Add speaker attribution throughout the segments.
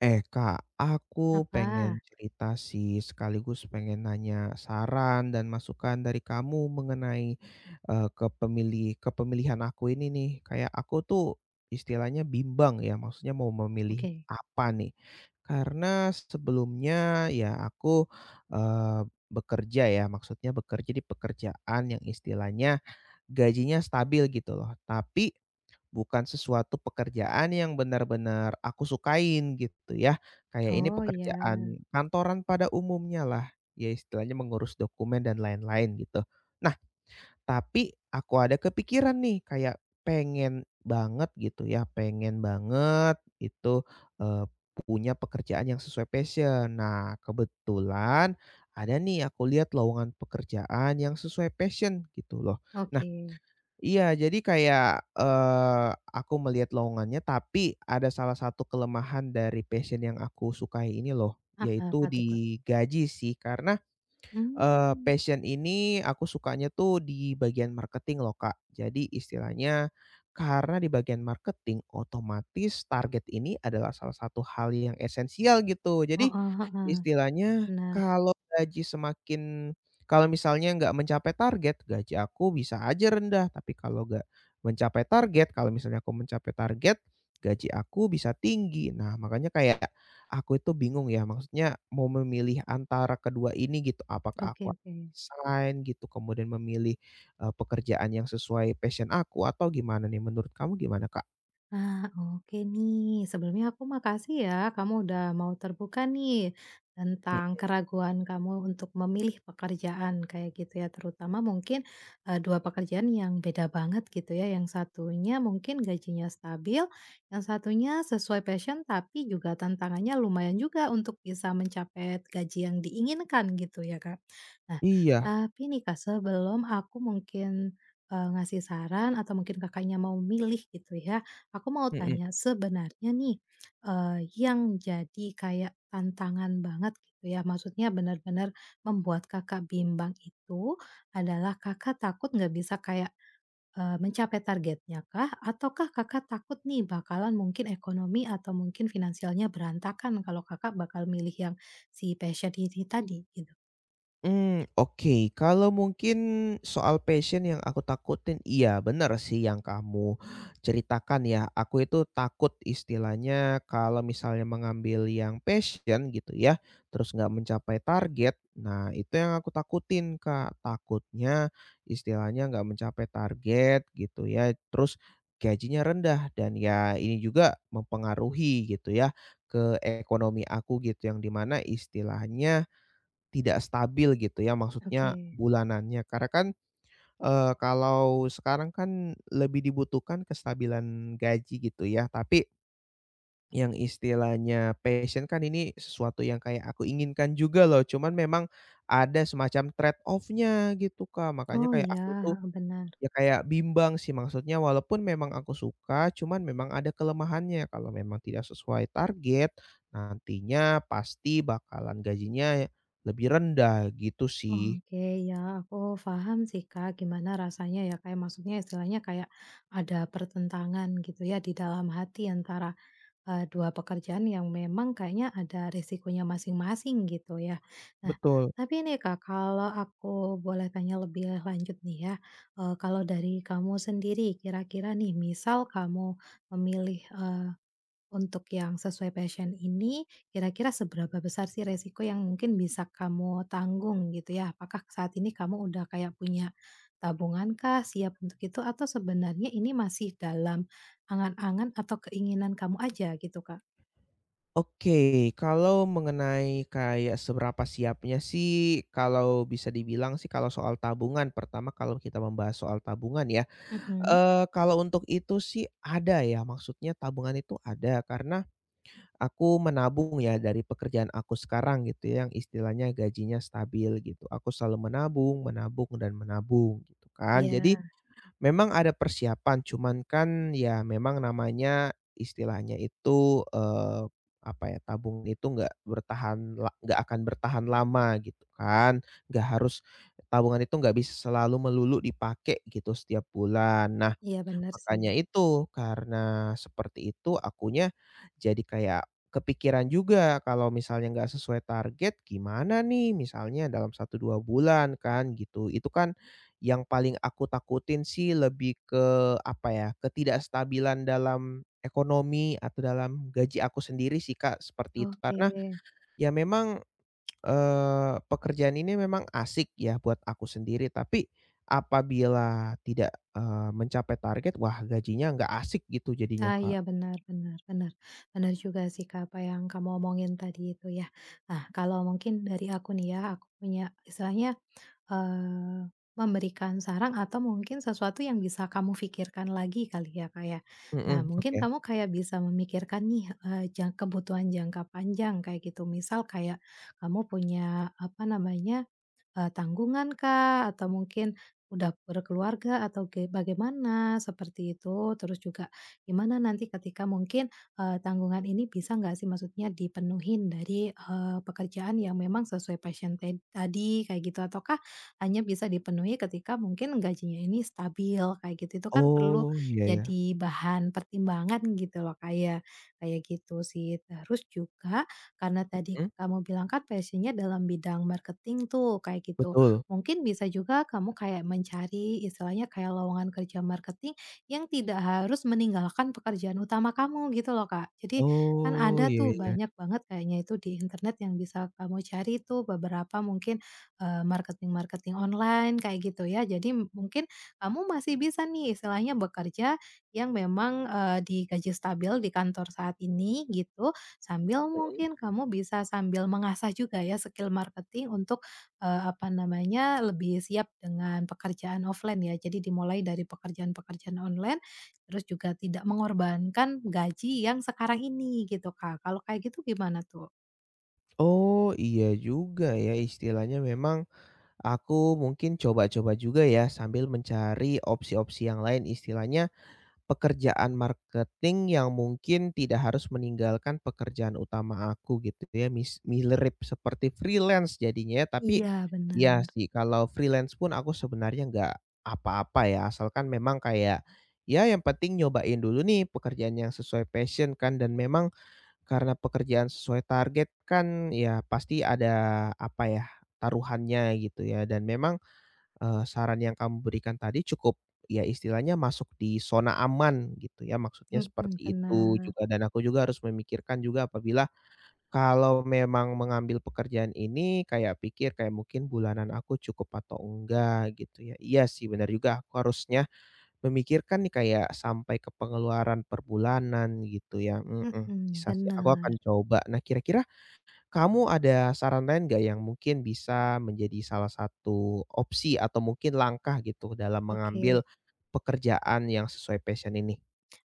Speaker 1: Eh Kak, aku
Speaker 2: Apa?
Speaker 1: pengen cerita sih sekaligus pengen nanya saran dan masukan dari kamu mengenai, kepemilihan aku ini nih. Kayak aku tuh istilahnya bimbang ya, maksudnya mau memilih
Speaker 2: Oke.
Speaker 1: apa nih. Karena sebelumnya ya aku, eee, bekerja ya maksudnya bekerja di pekerjaan yang istilahnya gajinya stabil gitu loh. Tapi bukan sesuatu pekerjaan yang benar-benar aku sukain gitu ya, kayak ini
Speaker 2: Oh iya,
Speaker 1: pekerjaan kantoran pada umumnya lah, ya istilahnya mengurus dokumen dan lain-lain gitu. Nah, tapi aku ada kepikiran nih kayak pengen banget itu, eee, punya pekerjaan yang sesuai passion. Nah, kebetulan ada nih aku lihat lowongan pekerjaan yang sesuai passion gitu loh. Nah,
Speaker 2: oke.
Speaker 1: iya, jadi kayak, aku melihat lowongannya, tapi ada salah satu kelemahan dari passion yang aku sukai ini loh,
Speaker 2: Apa
Speaker 1: yaitu
Speaker 2: apa tuh, Kak?
Speaker 1: di gaji sih. Karena,
Speaker 2: Mmm,
Speaker 1: passion ini aku sukanya tuh di bagian marketing loh, Kak. Jadi istilahnya karena di bagian marketing, otomatis target ini adalah salah satu hal yang esensial gitu. Jadi,
Speaker 2: heeh heeh,
Speaker 1: istilahnya,
Speaker 2: benar.
Speaker 1: kalau gaji semakin kalau misalnya nggak mencapai target, gaji aku bisa aja rendah, tapi kalau nggak mencapai target kalau misalnya aku mencapai target, gaji aku bisa tinggi. Nah, makanya kayak aku itu bingung ya, maksudnya mau memilih antara kedua ini gitu, apakah
Speaker 2: Oke
Speaker 1: aku
Speaker 2: oke.
Speaker 1: resign gitu, kemudian memilih, pekerjaan yang sesuai passion aku atau gimana nih? Menurut kamu gimana, Kak?
Speaker 2: Nah, oke nih. Sebelumnya aku makasih ya kamu udah mau terbuka nih tentang
Speaker 1: Mhm.
Speaker 2: keraguan kamu untuk memilih pekerjaan kayak gitu ya. Terutama mungkin dua pekerjaan yang beda banget gitu ya. Yang satunya mungkin gajinya stabil, yang satunya sesuai passion tapi juga tantangannya lumayan juga untuk bisa mencapai gaji yang diinginkan gitu ya, Kak. Nah,
Speaker 1: Iya,
Speaker 2: tapi nih Kak, sebelum aku mungkin ngasih saran atau mungkin kakaknya mau milih gitu ya, aku mau
Speaker 1: mhm.
Speaker 2: tanya sebenarnya nih, yang jadi kayak tantangan banget gitu ya, maksudnya benar-benar membuat Kakak bimbang itu adalah Kakak takut nggak bisa kayak, mencapai targetnya kah? Ataukah Kakak takut nih bakalan mungkin ekonomi atau mungkin finansialnya berantakan kalau Kakak bakal milih yang si passion ini tadi gitu?
Speaker 1: Hmm, oke. Kalau mungkin soal passion yang aku takutin, iya benar sih yang kamu ceritakan ya. Aku itu takut istilahnya kalau misalnya mengambil yang passion gitu ya, terus nggak mencapai target, nah itu yang aku takutin, Kak. Takutnya istilahnya nggak mencapai target gitu ya, terus gajinya rendah dan ya ini juga mempengaruhi gitu ya ke ekonomi aku gitu, yang dimana istilahnya tidak stabil gitu ya, maksudnya
Speaker 2: Oke.
Speaker 1: bulanannya. Karena kan, kalau sekarang kan lebih dibutuhkan kestabilan gaji gitu ya, tapi yang istilahnya passion kan ini sesuatu yang kayak aku inginkan juga loh, cuman memang ada semacam trade off-nya gitu, Kak. Makanya
Speaker 2: Oh
Speaker 1: kayak aku tuh
Speaker 2: iya, benar.
Speaker 1: ya kayak bimbang sih, maksudnya walaupun memang aku suka, cuman memang ada kelemahannya. Kalau memang tidak sesuai target, nantinya pasti bakalan gajinya lebih rendah gitu sih.
Speaker 2: Oke, ya aku paham sih Kak, gimana rasanya ya kayak maksudnya istilahnya kayak ada pertentangan gitu ya di dalam hati antara dua pekerjaan yang memang kayaknya ada risikonya masing-masing gitu ya. Nah,
Speaker 1: Betul.
Speaker 2: tapi nih Kak, kalau aku boleh tanya lebih lanjut nih ya, kalau dari kamu sendiri kira-kira nih misal kamu memilih untuk yang sesuai passion ini, kira-kira seberapa besar sih resiko yang mungkin bisa kamu tanggung gitu ya? Apakah saat ini kamu udah kayak punya tabungankah siap untuk itu atau sebenarnya ini masih dalam angan-angan atau keinginan kamu aja gitu, Kak?
Speaker 1: Oke, kalau mengenai kayak seberapa siapnya sih, kalau bisa dibilang sih kalau soal tabungan, pertama kalau kita membahas soal tabungan ya,
Speaker 2: Mhm.
Speaker 1: kalau untuk itu sih ada ya, maksudnya tabungan itu ada, karena aku menabung ya dari pekerjaan aku sekarang gitu ya, yang istilahnya gajinya stabil gitu. Aku selalu menabung, menabung, dan menabung gitu kan. Jadi
Speaker 2: Iya,
Speaker 1: memang ada persiapan, cuman kan ya memang namanya istilahnya itu, apa ya, tabung itu nggak bertahan la nggak akan bertahan lama gitu kan, nggak harus tabungan itu nggak bisa selalu melulu dipakai gitu setiap bulan. Nah,
Speaker 2: iya benar sih.
Speaker 1: makanya itu, karena seperti itu akunya jadi kayak kepikiran juga kalau misalnya nggak sesuai target gimana nih misalnya dalam satu 2 bulan kan gitu. Itu kan yang paling aku takutin sih lebih ke apa ya, ketidakstabilan dalam ekonomi atau dalam gaji aku sendiri sih Kak, seperti itu.
Speaker 2: Oke.
Speaker 1: Karena ya memang, pekerjaan ini memang asik ya buat aku sendiri, tapi apabila tidak, mencapai target, wah gajinya nggak asik gitu jadinya,
Speaker 2: Ah,
Speaker 1: Kak.
Speaker 2: iya benar benar benar. Benar juga sih Kak apa yang kamu omongin tadi itu ya. Nah, kalau mungkin dari aku nih ya, aku punya istilahnya eee, memberikan saran atau mungkin sesuatu yang bisa kamu pikirkan lagi kali ya, Kak, ya. Nah,
Speaker 1: Mhm,
Speaker 2: mungkin
Speaker 1: oke.
Speaker 2: kamu kayak bisa memikirkan nih, kebutuhan jangka panjang kayak gitu. Misal kayak kamu punya, apa namanya, tanggungan kah, atau mungkin udah berkeluarga atau bagaimana, seperti itu. Terus juga gimana nanti ketika mungkin, tanggungan ini bisa nggak sih maksudnya dipenuhin dari, pekerjaan yang memang sesuai passion tadi, kayak gitu. Ataukah hanya bisa dipenuhi ketika mungkin gajinya ini stabil kayak gitu. Itu kan perlu
Speaker 1: Oh, iya ya.
Speaker 2: jadi bahan pertimbangan gitu loh kayak kayak gitu sih. Terus juga karena tadi
Speaker 1: Mhm,
Speaker 2: kamu bilang kan passion dalam bidang marketing tuh kayak gitu.
Speaker 1: betul.
Speaker 2: Mungkin bisa juga kamu kayak mencari istilahnya kayak lowongan kerja marketing yang tidak harus meninggalkan pekerjaan utama kamu gitu loh Kak. Jadi kan
Speaker 1: Oh,
Speaker 2: ada
Speaker 1: iya
Speaker 2: tuh
Speaker 1: ya.
Speaker 2: banyak banget kayaknya itu di internet yang bisa kamu cari tuh beberapa mungkin marketing-marketing online kayak gitu ya. Jadi mungkin kamu masih bisa nih istilahnya bekerja yang memang, digaji stabil di kantor saat ini gitu, sambil
Speaker 1: Mhm.
Speaker 2: mungkin kamu bisa sambil mengasah juga ya skill marketing untuk, apa namanya, lebih siap dengan pekerjaan offline ya. Jadi dimulai dari pekerjaan-pekerjaan online, terus juga tidak mengorbankan gaji yang sekarang ini gitu, Kak. Kalau kayak gitu gimana tuh?
Speaker 1: Oh, iya juga ya, istilahnya memang aku mungkin coba-coba juga ya sambil mencari opsi-opsi yang lain, istilahnya pekerjaan marketing yang mungkin tidak harus meninggalkan pekerjaan utama aku gitu ya, mirip seperti freelance jadinya ya, tapi
Speaker 2: Iya
Speaker 1: ya sih kalau freelance pun aku sebenarnya nggak apa-apa ya, asalkan memang kayak, ya yang penting nyobain dulu nih pekerjaan yang sesuai passion kan dan memang karena pekerjaan sesuai target kan ya pasti ada apa ya, taruhannya gitu ya dan memang saran yang kamu berikan tadi cukup ya istilahnya masuk di zona aman gitu ya, maksudnya seperti itu
Speaker 2: bener.
Speaker 1: juga dan aku juga harus memikirkan juga apabila kalau memang mengambil pekerjaan ini kayak pikir kayak mungkin bulanan aku cukup atau enggak gitu ya. Iya sih benar juga aku harusnya memikirkan nih kayak sampai ke pengeluaran per bulanan gitu ya, mhm,
Speaker 2: Mhm,
Speaker 1: bisa sih aku
Speaker 2: benar,
Speaker 1: akan coba. Nah kira-kira kamu ada saran lain nggak yang mungkin bisa menjadi salah satu opsi atau mungkin langkah gitu dalam mengambil
Speaker 2: oke.
Speaker 1: pekerjaan yang sesuai passion ini?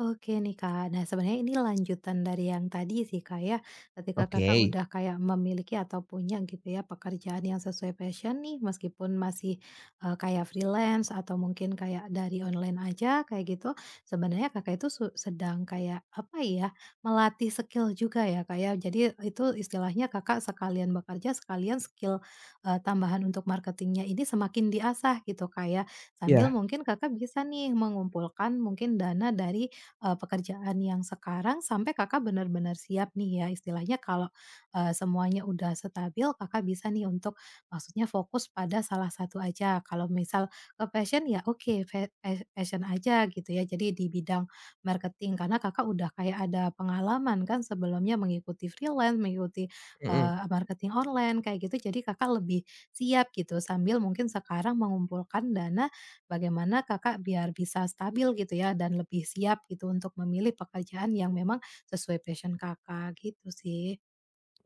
Speaker 2: Oke nih Kak, nah sebenarnya ini lanjutan dari yang tadi sih Kak ya, ketika Kakak
Speaker 1: Oke.
Speaker 2: udah kayak memiliki atau punya gitu ya pekerjaan yang sesuai passion nih, meskipun masih, kayak freelance atau mungkin kayak dari online aja kayak gitu, sebenarnya Kakak itu sedang kayak apa ya, melatih skill juga ya Kak ya, jadi itu istilahnya Kakak sekalian bekerja, sekalian skill, tambahan untuk marketingnya ini semakin diasah gitu Kak ya, sambil
Speaker 1: Iya,
Speaker 2: mungkin Kakak bisa nih mengumpulkan mungkin dana dari pekerjaan yang sekarang sampai Kakak benar-benar siap nih ya istilahnya kalau, semuanya udah stabil Kakak bisa nih untuk maksudnya fokus pada salah satu aja. Kalau misal ke fashion ya oke fa fa fashion aja gitu ya jadi di bidang marketing karena Kakak udah kayak ada pengalaman kan sebelumnya mengikuti freelance, mengikuti,
Speaker 1: mhm.
Speaker 2: marketing online kayak gitu jadi Kakak lebih siap gitu sambil mungkin sekarang mengumpulkan dana bagaimana Kakak biar bisa stabil gitu ya dan lebih siap gitu untuk memilih pekerjaan yang memang sesuai passion Kakak gitu sih.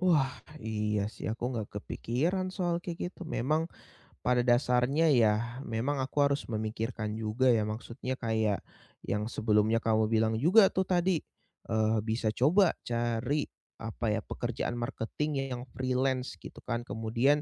Speaker 1: Wah, iya sih aku nggak kepikiran soal kayak gitu. Memang pada dasarnya ya memang aku harus memikirkan juga ya maksudnya kayak yang sebelumnya kamu bilang juga tuh tadi, bisa coba cari apa ya, pekerjaan marketing yang freelance gitu kan. Kemudian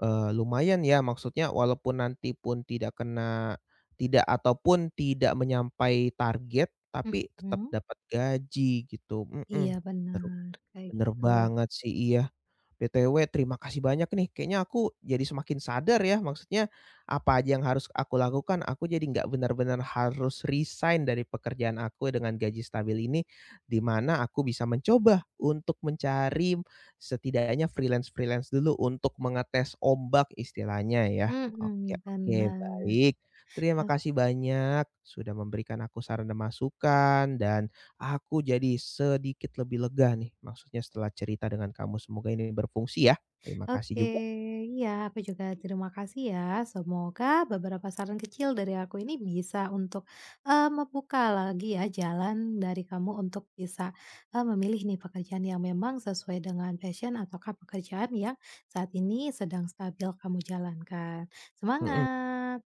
Speaker 1: Lumayan ya maksudnya walaupun nanti pun tidak ataupun tidak menyampai target, tapi tetap
Speaker 2: Mhm.
Speaker 1: dapat gaji gitu,
Speaker 2: Iya
Speaker 1: mhm. Bener
Speaker 2: benar kayak
Speaker 1: bener
Speaker 2: gitu.
Speaker 1: banget sih, iya. BTW terima kasih banyak nih, kayaknya aku jadi semakin sadar ya, maksudnya apa aja yang harus aku lakukan, aku jadi nggak benar-benar harus resign dari pekerjaan aku dengan gaji stabil ini, di mana aku bisa mencoba untuk mencari setidaknya freelance-freelance dulu untuk mengetes ombak istilahnya ya. Oke
Speaker 2: Mhm,
Speaker 1: oke,
Speaker 2: bener.
Speaker 1: baik. Terima kasih banyak sudah memberikan aku saran dan masukan dan aku jadi sedikit lebih lega nih, maksudnya setelah cerita dengan kamu. Semoga ini berfungsi ya. Terima
Speaker 2: Oke,
Speaker 1: kasih juga.
Speaker 2: iya aku juga terima kasih ya. Semoga beberapa saran kecil dari aku ini bisa untuk, membuka lagi ya jalan dari kamu untuk bisa, memilih nih pekerjaan yang memang sesuai dengan passion ataukah pekerjaan yang saat ini sedang stabil kamu jalankan.
Speaker 1: Mhm.
Speaker 2: Semangat.